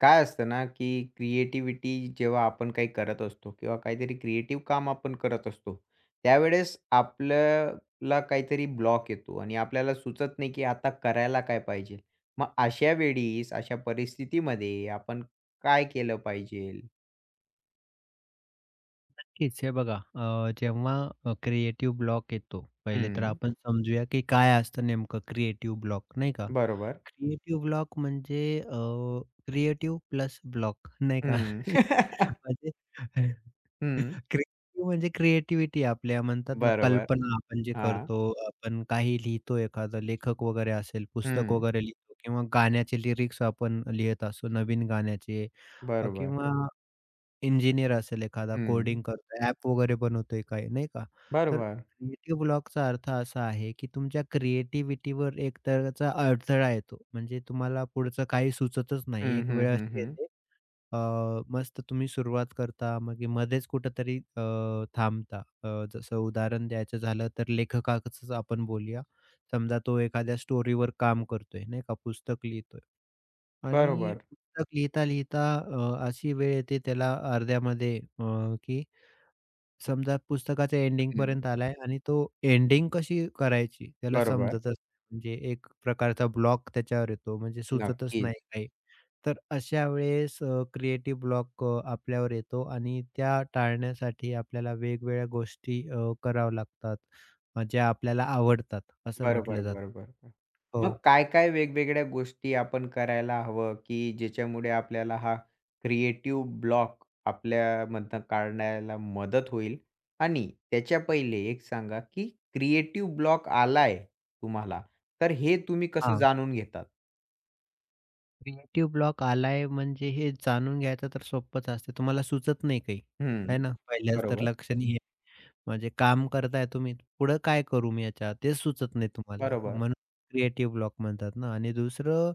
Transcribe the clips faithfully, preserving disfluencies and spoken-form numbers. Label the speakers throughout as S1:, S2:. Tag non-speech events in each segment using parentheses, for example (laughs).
S1: काय असतं ना, की क्रिएटिव्हिटी जेव्हा आपण काही करत असतो किंवा काहीतरी क्रिएटिव्ह काम आपण करत असतो, त्यावेळेस आपल्याला काहीतरी ब्लॉक येतो आणि आपल्याला सुचत नाही, की आता करायला काय पाहिजे? मग अशा वेळीस, अशा परिस्थितीमध्ये आपण काय केलं पाहिजेल?
S2: नक्कीच. हे बघा अ, जेव्हा अ, क्रिएटिव्ह ब्लॉक येतो, पहिले तर
S1: हं,
S2: आपण हं. समजूया की काय असतं नेमकं क्रिएटिव्ह ब्लॉक, नाही का?
S1: बरोबर.
S2: क्रिएटिव्ह ब्लॉक म्हणजे क्रिएटिव्ह प्लस ब्लॉक, नाही का?
S1: हं. हं,
S2: (laughs)
S1: (laughs)
S2: म्हणजे क्रिएटिव्ह म्हणजे क्रिएटिव्हिटी आपल्या म्हणतात ना,
S1: बरोबर.
S2: कल्पना आपण जे
S1: हां.
S2: करतो, आपण काही लिहितो, एखादं लेखक वगैरे असेल, पुस्तक
S1: हं,
S2: वगैरे लिहितो किंवा गाण्याचे लिरिक्स आपण लिहित असतो, नवीन गाण्याचे अ,
S1: बरोबर.
S2: किंवा इंजिनिअर असेल एखादा,
S1: हं,
S2: कोडिंग करतोय, ॲप वगैरे बनवतोय काही, नाही का? तर
S1: बरोबर.
S2: क्रिएटिव्ह ब्लॉकचा अर्थ असा आहे, की तुमच्या क्रिएटिव्हिटीवर एक तरचा अडथळा येतो. म्हणजे तुम्हाला पुढचं काही सुचतच नाही.
S1: हं,
S2: एक
S1: हं,
S2: वेळ
S1: हं,
S2: अशी
S1: हं.
S2: येते, अ, मस्त तुम्ही सुरुवात करता, मग हे मध्येच कुठेतरी अ, थांबता. अ, जसं उदाहरण द्यायचं झालं तर लेखकाचंच आपण बोलूया. समजा तो एखाद्या स्टोरीवर काम करतोय, नाही का, पुस्तक लिहितोय. आणि
S1: बरोबर.
S2: पुस्तक लिहिता-लिहिता अ, अशी वेळ येते त्याला अर्ध्यामध्ये अ, की समजा पुस्तकाच्या
S1: हं,
S2: एंडिंगपर्यंत आलाय आणि तो एंडिंग कशी करायची त्याला
S1: बरोबर.
S2: समजतच नाही. म्हणजे एक प्रकारचा ब्लॉक त्याच्यावर येतो म्हणजे सुचतच
S1: नक्कीच.
S2: नाही काही. तर अशा वेळेस अ, क्रिएटिव्ह ब्लॉक अ, आपल्यावर येतो आणि त्या टाळण्यासाठी आपल्याला वेगवेगळ्या गोष्टी अ, कराव्या लागतात, अ, ज्या आपल्याला आवडतात असं
S1: बरोबर,
S2: म्हटलं जातं.
S1: बरोबर. बरोबर. मग
S2: हो.
S1: काय-काय वेगवेगळ्या गोष्टी आपण करायला हवं, की ज्याच्यामुळे आपल्याला हा क्रिएटिव्ह ब्लॉक आपल्यामधनं काढण्याला मदत होईल? आणि त्याच्या पहिले एक सांगा, की क्रिएटिव्ह ब्लॉक आलाय तुम्हाला, तर हे तुम्ही कसं
S2: हां.
S1: जाणून घेतात?
S2: क्रिएटिव्ह ब्लॉक आलाय म्हणजे हे जाणून घ्यायचं तर सोपंच असते. तुम्हाला सुचत नाही काही, है
S1: हं.
S2: ना. पहिल्याच तर
S1: बरोबर,
S2: लक्ष नाही आहे. म्हणजे काम करताय तुम्ही, पुढं काय करू मी याच्यात? तेच सुचत नाही तुम्हाला.
S1: बरोबर,
S2: म्हणून क्रिएटिव्ह ब्लॉक म्हणतात ना आणि दुसरं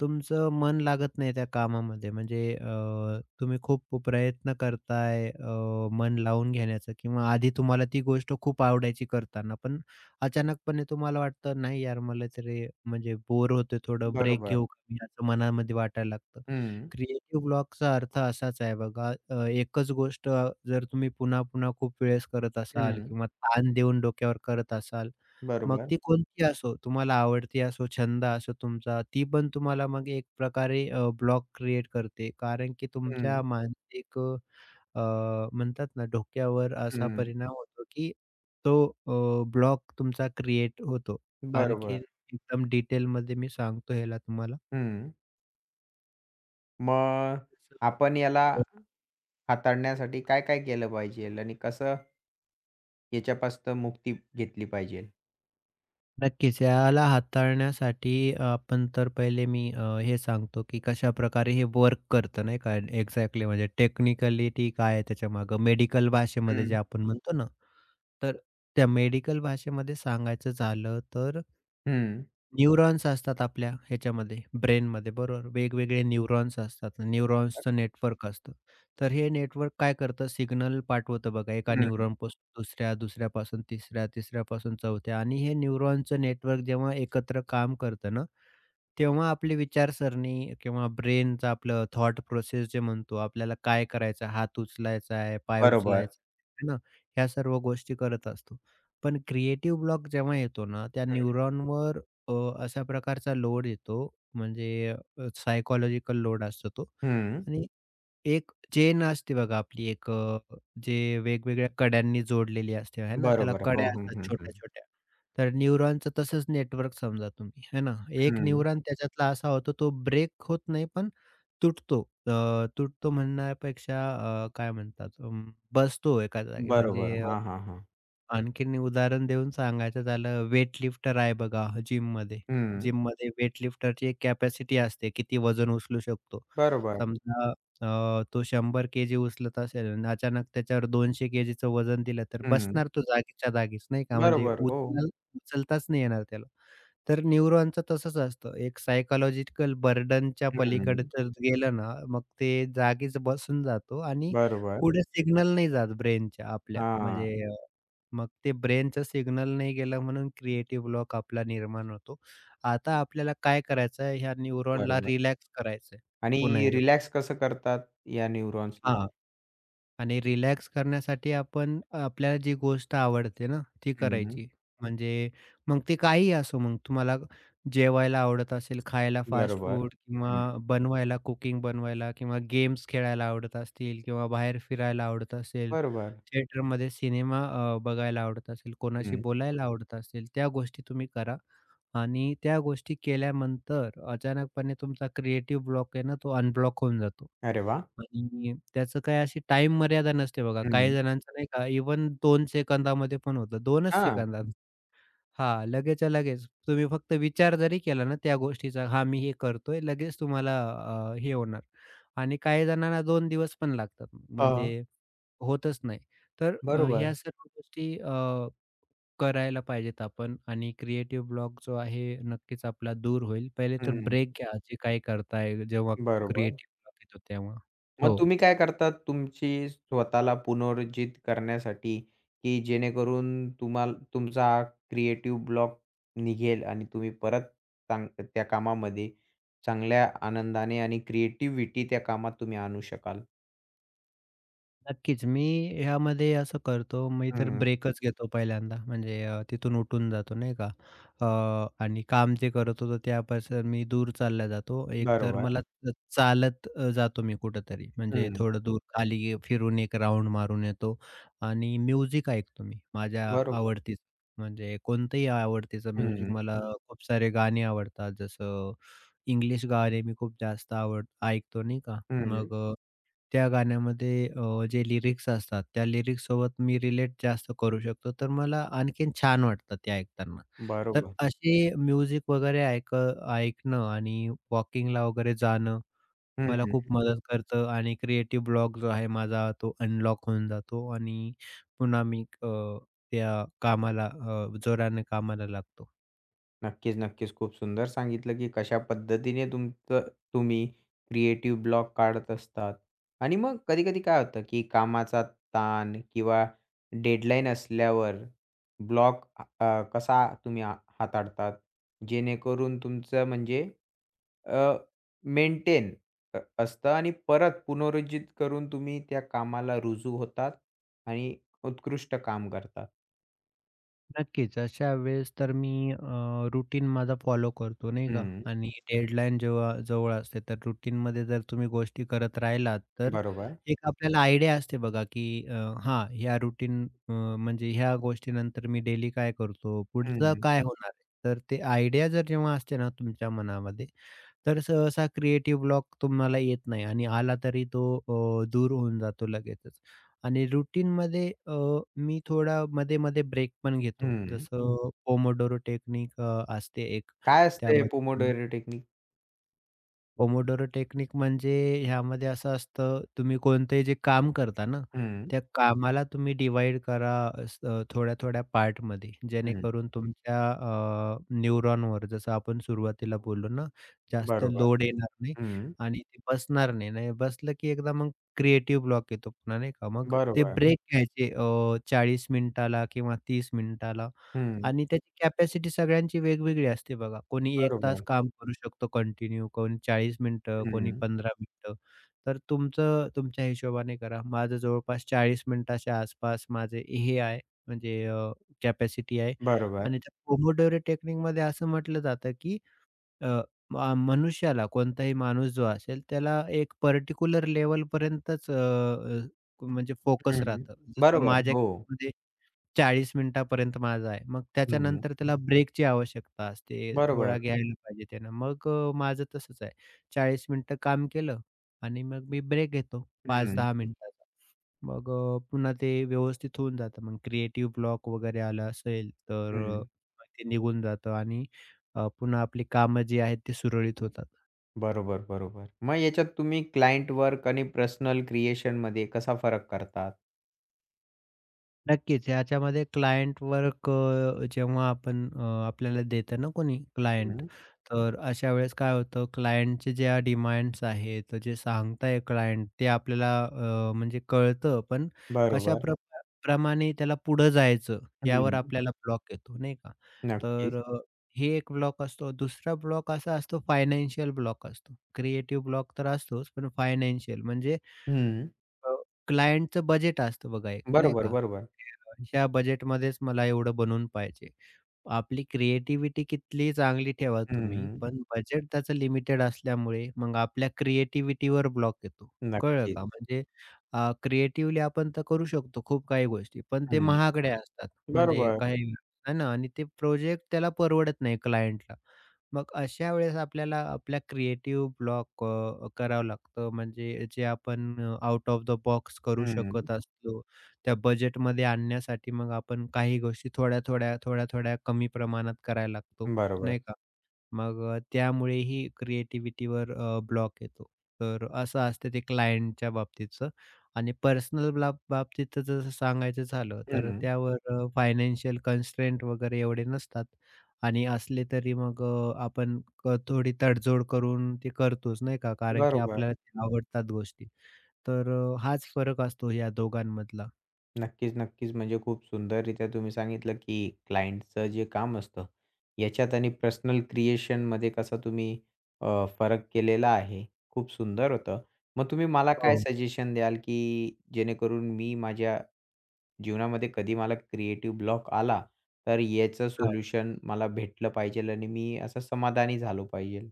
S2: तुमचं मन लागत नाही त्या कामामध्ये म्हणजे अ, तुम्ही खूप प्रयत्न करताय अ, मन लावून घेण्याचा किंवा आधी तुम्हाला ती गोष्ट खूप आवडायची करताना पण अचानकपणे तुम्हाला वाटतं नाही यार मला तरी म्हणजे बोर होते थोडं ब्रेक
S1: बरोबर.
S2: घेऊ का मी असं मनामध्ये वाटायला लागतं.
S1: हं,
S2: क्रिएटिव्ह ब्लॉकचा अर्थ असाच आहे बघा अ, एकच गोष्ट जर तुम्ही पुन्हा पुन्हा खूप वेळेस करत असाल
S1: हं.
S2: किंवा ताण देऊन डोक्यावर करत असाल मग
S1: बरोबर.
S2: ती कोणती असो, तुम्हाला आवडती असो, छंद असो तुमचा, ती पण तुम्हाला मग एक प्रकारे ब्लॉक क्रिएट करते. कारण की
S1: हं,
S2: तुमच्या मानसिक अ, म्हणतात ना डोक्यावर असा
S1: हं.
S2: परिणाम होतो, की तो अ, ब्लॉक तुमचा क्रिएट होतो.
S1: बरोबर.
S2: आणखीन एकदम डिटेलमध्ये मी सांगतो ह्याला तुम्हाला.
S1: हं. मग आपण याला हाताळण्यासाठी काय-काय केलं पाहिजे आणि कसं याच्यापासून मुक्ती घेतली पाहिजे?
S2: नक्कीच. याला हाताळण्यासाठी अ, आपण तर पहिले मी अ, हे सांगतो, की कशाप्रकारे हे वर्क करतं नाही का एक्झॅक्टली म्हणजे टेक्निकॅलिटी काय आहे त्याच्यामागं मेडिकल भाषेमध्ये
S1: हं,
S2: जे आपण हं. म्हणतो ना, तर त्या मेडिकल भाषेमध्ये सांगायचं झालं तर
S1: हं.
S2: न्यूरॉन्स असतात आपल्या ह्याच्यामध्ये ब्रेनमध्ये बरोबर. वेगवेगळे न्यूरॉन्स असतात. न्यूरॉन्सचं नेटवर्क असतं. तर हे नेटवर्क काय करतं सिग्नल पाठवतं बघा एका
S1: हं,
S2: न्यूरॉनपासून दुसऱ्या, दुसऱ्यापासून तिसऱ्या, तिसऱ्यापासून चौथ्या आणि हे न्यूरॉनचं नेटवर्क जेव्हा एकत्र काम करतं ना, तेव्हा आपली विचारसरणी किंवा ब्रेनचं आपलं थॉट प्रोसेस जे म्हणतो, आपल्याला काय करायचं आहे, हात उचलायचा आहे, पाय
S1: बरोबर.
S2: उचलायचा आहे ना, ह्या सर्व गोष्टी करत असतो. पण क्रिएटिव्ह ब्लॉक जेव्हा येतो ना, त्या
S1: हं,
S2: न्यूरॉनवर अ, अशा प्रकारचा लोड येतो, म्हणजे अ, लोड असतो तो
S1: हं.
S2: आणि एक चेन असते बघा आपली एक अ, जे वेगवेगळ्या कड्यांनी जोडलेली असते, आहे ना, त्याला
S1: बरोबर. हो,
S2: कड्या
S1: हं,
S2: असतात
S1: हं, हं.
S2: छोट्या-छोट्या. तर न्यूरॉनचं तसंच नेटवर्क समजा तुम्ही, है ना. एक
S1: हं,
S2: न्यूरॉन त्याच्यातला असा होतो, तो ब्रेक होत नाही, पण तुटतो. अ, तुटतो म्हणण्यापेक्षा अ, काय म्हणतात अं, बसतो एका जागी
S1: बरोबर.
S2: म्हणजे
S1: हां, हां, हां.
S2: आणखीन उदाहरण देऊन सांगायचं झालं, वेटलिफ्टर आहे बघा जिममध्ये.
S1: हं,
S2: जिममध्ये वेटलिफ्टरची एक कॅपॅसिटी असते, किती वजन उचलू शकतो.
S1: बरोबर.
S2: समजा अ, तो शंभर केजी उचलत असेल आणि अचानक त्याच्यावर दोनशे केजीचं वजन दिलं, तर
S1: हं,
S2: बसणार तो जागीच्या जागीच नाही का, म्हणजे
S1: बरोबर. हो.
S2: उचल उचलताच नाही येणार त्याला. तर न्यूरॉनचं तसंच असतं. एक सायकॉलॉजिकल बर्डनच्या पलीकडे
S1: हं,
S2: तर गेलं ना, मग ते जागीच बसून जातो आणि
S1: बरोबर.
S2: पुढे सिग्नल नाही जात ब्रेनच्या आपल्या.
S1: हां,
S2: म्हणजे अ, मग ते ब्रेनचं सिग्नल नाही गेलं म्हणून क्रिएटिव्ह ब्लॉक आपला निर्माण होतो. आता आपल्याला काय करायचं आहे, ह्या न्यूरॉनला
S1: बरोबर.
S2: रिलॅक्स करायचं पुन्हा
S1: आणि
S2: एकदा.
S1: रिलॅक्स कसं करतात या न्यूरॉन्सला?
S2: हां. आणि रिलॅक्स करण्यासाठी आपण आपल्याला जी गोष्ट आवडते ना, ती
S1: हं,
S2: करायची. म्हणजे मग ते काहीही असो मग तुम्हाला जेवायला आवडत असेल, खायला फास्ट
S1: बरोबर.
S2: फूड किंवा
S1: हं,
S2: बनवायला, कुकिंग बनवायला किंवा गेम्स खेळायला आवडत असतील किंवा बाहेर फिरायला आवडत असेल,
S1: बरोबर.
S2: थिएटरमध्ये सिनेमा अ, बघायला आवडत असेल, कोणाशी
S1: हं.
S2: बोलायला आवडत असेल, त्या गोष्टी तुम्ही करा आणि त्या गोष्टी केल्यानंतर अचानकपणे तुमचा क्रिएटिव्ह ब्लॉक आहे ना, तो अनब्लॉक होऊन जातो.
S1: अरे वाह!
S2: आणि त्याचं काय अशी टाईम मर्यादा नसते बघा. काही
S1: हं.
S2: जणांचं नाही का इव्हन दोन सेकंदामध्ये पण होतं. दोनच
S1: हां.
S2: सेकंदात. हां, लगेचच्या लगेच तुम्ही फक्त विचार जरी केला ना त्या गोष्टीचा, हां, मी हे करतोय, लगेच तुम्हाला अ, हे होणार आणि काही जणांना दोन दिवस पण लागतात.
S1: अ,
S2: म्हणजे होतच नाही. तर अ,
S1: बरोबर.
S2: ह्या सर्व गोष्टी अ, करायला पाहिजेत आपण आणि क्रिएटिव्ह ब्लॉक जो आहे नक्कीच आपला दूर होईल. पहिले तर
S1: हं,
S2: ब्रेक घ्या जे काही करताय जेव्हा
S1: बरोबर.
S2: क्रिएटिव्ह ब्लॉक येतो तेव्हा.
S1: मग
S2: हो.
S1: तुम्ही काय करतात तुमची स्वतःला पुनरुज्जीत करण्यासाठी, की जेणेकरून तुम्हाला तुमचा क्रिएटिव्ह ब्लॉक निघेल आणि तुम्ही परत चांग त्या कामामध्ये चांगल्या आनंदाने आणि क्रिएटिव्हिटी त्या कामात तुम्ही आणू शकाल?
S2: नक्कीच. मी ह्यामध्ये असं करतो, मी तर
S1: हं,
S2: ब्रेकच घेतो पहिल्यांदा. म्हणजे अ, तिथून उठून जातो नाही का. अ, आणि काम जे करत होतो त्यापासून मी दूर चालला जातो. एक तर
S1: बरोबर.
S2: मला च चालत अ, जातो मी कुठेतरी. म्हणजे
S1: हं,
S2: थोडं दूर खाली गे- फिरून एक राउंड मारून येतो आणि म्युझिक ऐकतो मी माझ्या
S1: बरोबर.
S2: आवडतीचं. म्हणजे कोणतंही आवडतीचं म्युझिक
S1: हं,
S2: मला खूप सारे गाणे आवडतात. जसं इंग्लिश गाणे मी खूप जास्त आवड ऐकतो नाही का.
S1: हं,
S2: मग अ त्या गाण्यामध्ये अ, जे लिरिक्स असतात, त्या लिरिक्ससोबत मी रिलेट जास्त करू शकतो, तर मला आणखीन छान वाटतं ते ऐकताना. तर
S1: बरोबर.
S2: असे म्युझिक वगैरे ऐक ऐकणं आणि वॉकिंगला वगैरे जाणं मला
S1: हं.
S2: खूप मदत करतं आणि क्रिएटिव्ह ब्लॉक जो आहे माझा तो अनलॉक होऊन जातो आणि पुन्हा मी अ, त्या कामाला अ, जोराने कामाला लागतो.
S1: नक्कीच, नक्कीच. खूप सुंदर सांगितलं, की कशा पद्धतीने तुमचं तुम्ही क्रिएटिव्ह ब्लॉक काढत असतात आणि मग कधी-कधी काय होतं, की कामाचा ताण किंवा डेडलाईन असल्यावर ब्लॉक कसा तुम्ही हा हाताळतात? जेणेकरून तुमचं म्हणजे अ, मेंटेन अ, असतं आणि परत पुनरुज्जीत करून तुम्ही त्या कामाला रुजू होतात आणि उत्कृष्ट काम करतात.
S2: नक्कीच. अशा वेळेस तर मी अ, रुटीन माझा फॉलो करतो नाही का
S1: हं,
S2: आणि डेडलाईन जेव्हा जवळ असते तर रुटीनमध्ये जर तुम्ही गोष्टी करत राहिलात तर
S1: बरोबर.
S2: एक आपल्याला आयडिया असते बघा, की अ, हां, ह्या रुटीन अ, म्हणजे ह्या गोष्टीनंतर मी डेली काय करतो, पुढचं
S1: हं,
S2: काय होणार आहे. तर ते आयडिया जर जेव्हा असते ना तुमच्या मनामध्ये तर सहसा क्रिएटिव्ह ब्लॉक तुम्हाला येत नाही आणि आला तरी तो अ, दूर होऊन जातो लगेचच. आणि रुटीनमध्ये अ, मी थोडा मध्ये-मध्ये ब्रेक पण घेतो. हं.
S1: हं.
S2: जसं पोमोडोरो टेक्निक अ, असते एक.
S1: काय असते हे
S2: त्यामध्ये मी
S1: पोमोडोरो टेक्निक?
S2: पोमोडोरो टेक्निक म्हणजे ह्यामध्ये असं असतं, तुम्ही कोणतंही जे काम करता ना,
S1: हं,
S2: त्या कामाला तुम्ही डिवाइड करा अस थोड्या-थोड्या पार्टमध्ये.
S1: हं.
S2: जेणेकरून तुमच्या अ, न्यूरॉनवर जसं आपण सुरुवातीला बोललो ना, जास्त
S1: बरोबर.
S2: लोड येणार नाही
S1: हं.
S2: आणि ते बसणार नाही. नाही बसलं की एकदा मग क्रिएटिव्ह ब्लॉक येतो पुन्हा नाही का. मग ते
S1: बरोबर.
S2: ब्रेक घ्यायचे अ, मिनिटाला किंवा तीस मिनिटाला.
S1: हं.
S2: आणि त्याची कॅपॅसिटी सगळ्यांची वेगवेगळी असते बघा. कोणी एक तास
S1: बरोबर.
S2: काम करू शकतो कंटिन्यू, कोणी चाळीस मिनिटं, कोणी
S1: हं.
S2: पंधरा मिनिटं. तर तुमचं तुमच्या हिशोबाने करा. माझं जवळपास चाळीस मिनिटाच्या आसपास माझे हे आहे म्हणजे अ, कॅपॅसिटी आहे
S1: बरोबर.
S2: आणि त्या पोमोडोरो टेक्निकमध्ये असं म्हटलं जातं, की अ, म मनुष्याला कोणताही माणूस जो असेल त्याला एक पर्टिक्युलर लेव्हलपर्यंतच अ, अ, म्हणजे फोकस
S1: हं.
S2: राहतं. जसं
S1: बरोबर.
S2: माझ्या
S1: हो.
S2: केसमध्ये चाळीस मिनिटापर्यंत माझा आहे. मग
S1: हं.
S2: त्याच्यानंतर त्याला ब्रेकची आवश्यकता असते. थोडा
S1: बरोबर.
S2: घ्यायला पाहिजे त्यानं. मग अ, माझं तसंच आहे. चाळीस मिनिटं काम केलं आणि मग मी ब्रेक घेतो
S1: हं,
S2: पाच ते दहा हं. मिनिटाचा. मग अ, पुन्हा ते व्यवस्थित होऊन जातं. मग क्रिएटिव्ह ब्लॉक वगैरे आला असेल तर
S1: हं.
S2: अ, ते निघून जातं आणि अ, पुन्हा आपली कामं जी आहेत ती सुरळीत होतात.
S1: बरोबर, बरोबर. मग याच्यात तुम्ही क्लायंट वर्क आणि पर्सनल क्रिएशनमध्ये कसा फरक करतात?
S2: नक्कीच. याच्यामध्ये क्लायंट वर्क अ, जेव्हा आपण अ, आपल्याला देतं ना कोणी क्लायंट,
S1: हं.
S2: तर अशा वेळेस काय होतं क्लायंटचे ज्या डिमांड्स आहेत, जे सांगताय क्लायंट ते आपल्याला अ, म्हणजे कळतं. पण कशा
S1: बरोबर.
S2: प्र प्रमाणे त्याला पुढं जायचं यावर
S1: हं.
S2: आपल्याला ब्लॉक येतो नाही का?
S1: नक्कीच.
S2: तर अ, हे एक ब्लॉक असतो. दुसरा ब्लॉक असा असतो फायनान्शियल ब्लॉक असतो. क्रिएटिव्ह ब्लॉक तर असतोच, पण फायनान्शियल म्हणजे
S1: हं.
S2: अ, क्लायंटचं बजेट असतं बघा एक, नाही
S1: बरोबर,
S2: का?
S1: बरोबर.
S2: की ह्या बजेटमध्येच मला एवढं बनवून पाहिजे. आपली क्रिएटिव्हिटी कितीही चांगली ठेवा तुम्ही,
S1: हं.
S2: पण बजेट त्याचं लिमिटेड असल्यामुळे मग आपल्या क्रिएटिव्हिटीवर ब्लॉक येतो. कळलं
S1: नक्कीच.
S2: का? म्हणजे क्रिएटिव्हली आपण तर करू शकतो खूप काही गोष्टी, पण ते
S1: हं.
S2: महागड्या असतात. म्हणजे
S1: बरोबर.
S2: काही हं. ना आणि ते प्रोजेक्ट त्याला परवडत नाही क्लायंटला. मग अशा वेळेस आपल्याला आपला क्रिएटिव्ह ब्लॉक अ, करावं लागतं. म्हणजे जे आपण आउट ऑफ द बॉक्स करू
S1: हं.
S2: शकत असतो, त्या बजेटमध्ये आणण्यासाठी मग आपण काही गोष्टी थोड्या-थोड्या, थोड्या-थोड्या कमी प्रमाणात करायला लागतो,
S1: बरोबर.
S2: नाही का? मग अ, त्यामुळेही क्रिएटिव्हिटीवर अ, ब्लॉक येतो. तर असं असतं ते क्लायंटच्या बाबतीतचं आणि पर्सनल ब्ला बाबतीत जसं सांगायचं झालं, तर
S1: हं.
S2: त्यावर अ, फायनान्शियल कन्स्ट्रेंट वगैरे एवढे नसतात आणि असले तरी मग अ, आपण क थोडी तडजोड करून ते करतोच नाही का, कारण की
S1: बरोबर.
S2: आपल्याला ते आवडतात गोष्टी. तर अ, हाच फरक असतो या दोघांमधला.
S1: नक्कीच, नक्कीच. म्हणजे खूप सुंदररीत्या तुम्ही सांगितलं, की क्लायंटचं जे काम असतं, याच्यात आणि पर्सनल क्रिएशनमध्ये कसा तुम्ही अ, फरक केलेला आहे. खूप सुंदर होतं. मग तुम्ही मला काय
S2: हो.
S1: सजेशन द्याल, की जेणेकरून मी माझ्या जीवनामध्ये कधी मला क्रिएटिव्ह ब्लॉक आला, तर याचं सोल्युशन मला भेटलं पाहिजेल आणि मी असं समाधानी झालो पाहिजेल?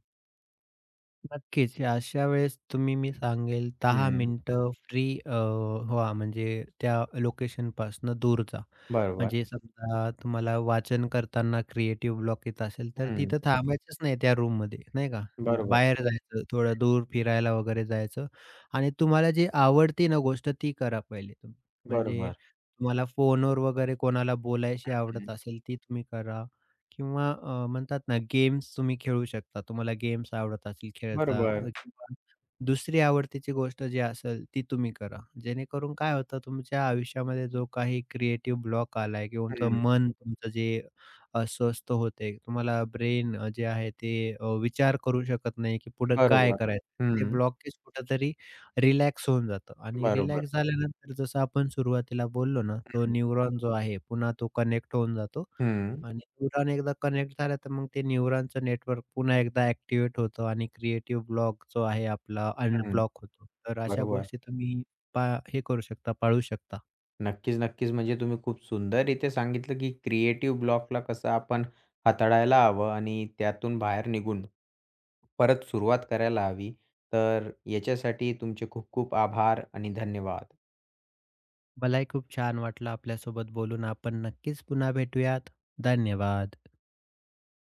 S2: नक्कीच. अशा वेळेस तुम्ही मी सांगेल दहा
S1: हं.
S2: मिनिटं फ्री अ, व्हा म्हणजे त्या लोकेशनपासनं दूर जा.
S1: बरोबर.
S2: म्हणजे समजा तुम्हाला वाचन करताना क्रिएटिव्ह ब्लॉक येत असेल, तर
S1: हं.
S2: तिथं थांबायचंच नाही त्या रूम रूममध्ये, नाही का?
S1: बरोबर,
S2: बाहेर जायचं, थोडं दूर फिरायला वगैरे जायचं आणि तुम्हाला जी आवडती ना गोष्ट ती करा पहिले तुम्ही. म्हणजे
S1: बरोबर.
S2: तुम्हाला फोनवर वगैरे कोणाला बोलायशी
S1: हं.
S2: आवडत असेल, ती तुम्ही करा. किंवा अ, म्हणतात ना गेम्स तुम्ही खेळू शकता. तुम्हाला गेम्स आवडत असतील खेळता
S1: बरोबर.
S2: अ, किंवा दुसरी आवडतीची गोष्ट जी असेल ती तुम्ही करा. जेणेकरून काय होतं तुमच्या आयुष्यामध्ये जो काही क्रिएटिव्ह ब्लॉक आलाय किंवा तुमचं
S1: हं.
S2: मन तुमचं जे अस्वस्थ होतंय, तुम्हाला ब्रेन जे आहे ते अ, विचार करू शकत नाही, की पुढे काय
S1: बरोबर.
S2: करायचं? ते
S1: हं.
S2: ब्लॉकेज कुठेतरी रिलॅक्स होऊन जातं आणि
S1: बरोबर.
S2: रिलॅक्स झाल्यानंतर जसं आपण सुरुवातीला बोललो ना, तो
S1: हं,
S2: न्यूरॉन जो आहे पुन्हा तो कनेक्ट होऊन जातो
S1: हं,
S2: आणि न्यूरॉन एकदा कनेक्ट झाला, तर मग ते न्यूरॉनचं नेटवर्क पुन्हा एकदा ॲक्टिव्हेट होतं आणि क्रिएटिव्ह ब्लॉक जो आहे आपला
S1: हं.
S2: अनब्लॉक होतो. तर अशा
S1: बरोबर.
S2: गोष्टी तुम्ही पा हे करू शकता, पाळू शकता.
S1: नक्कीच, नक्कीच. म्हणजे तुम्ही खूप सुंदररीत्या सांगितलं, की क्रिएटिव्ह ब्लॉकला कसं आपण हाताळायला हवं आणि त्यातून बाहेर निघून परत सुरुवात करायला हवी. तर याच्यासाठी तुमचे खूप खूप आभार आणि धन्यवाद.
S2: मलाही खूप छान वाटलं आपल्यासोबत बोलून. आपण नक्कीच पुन्हा भेटूयात. धन्यवाद.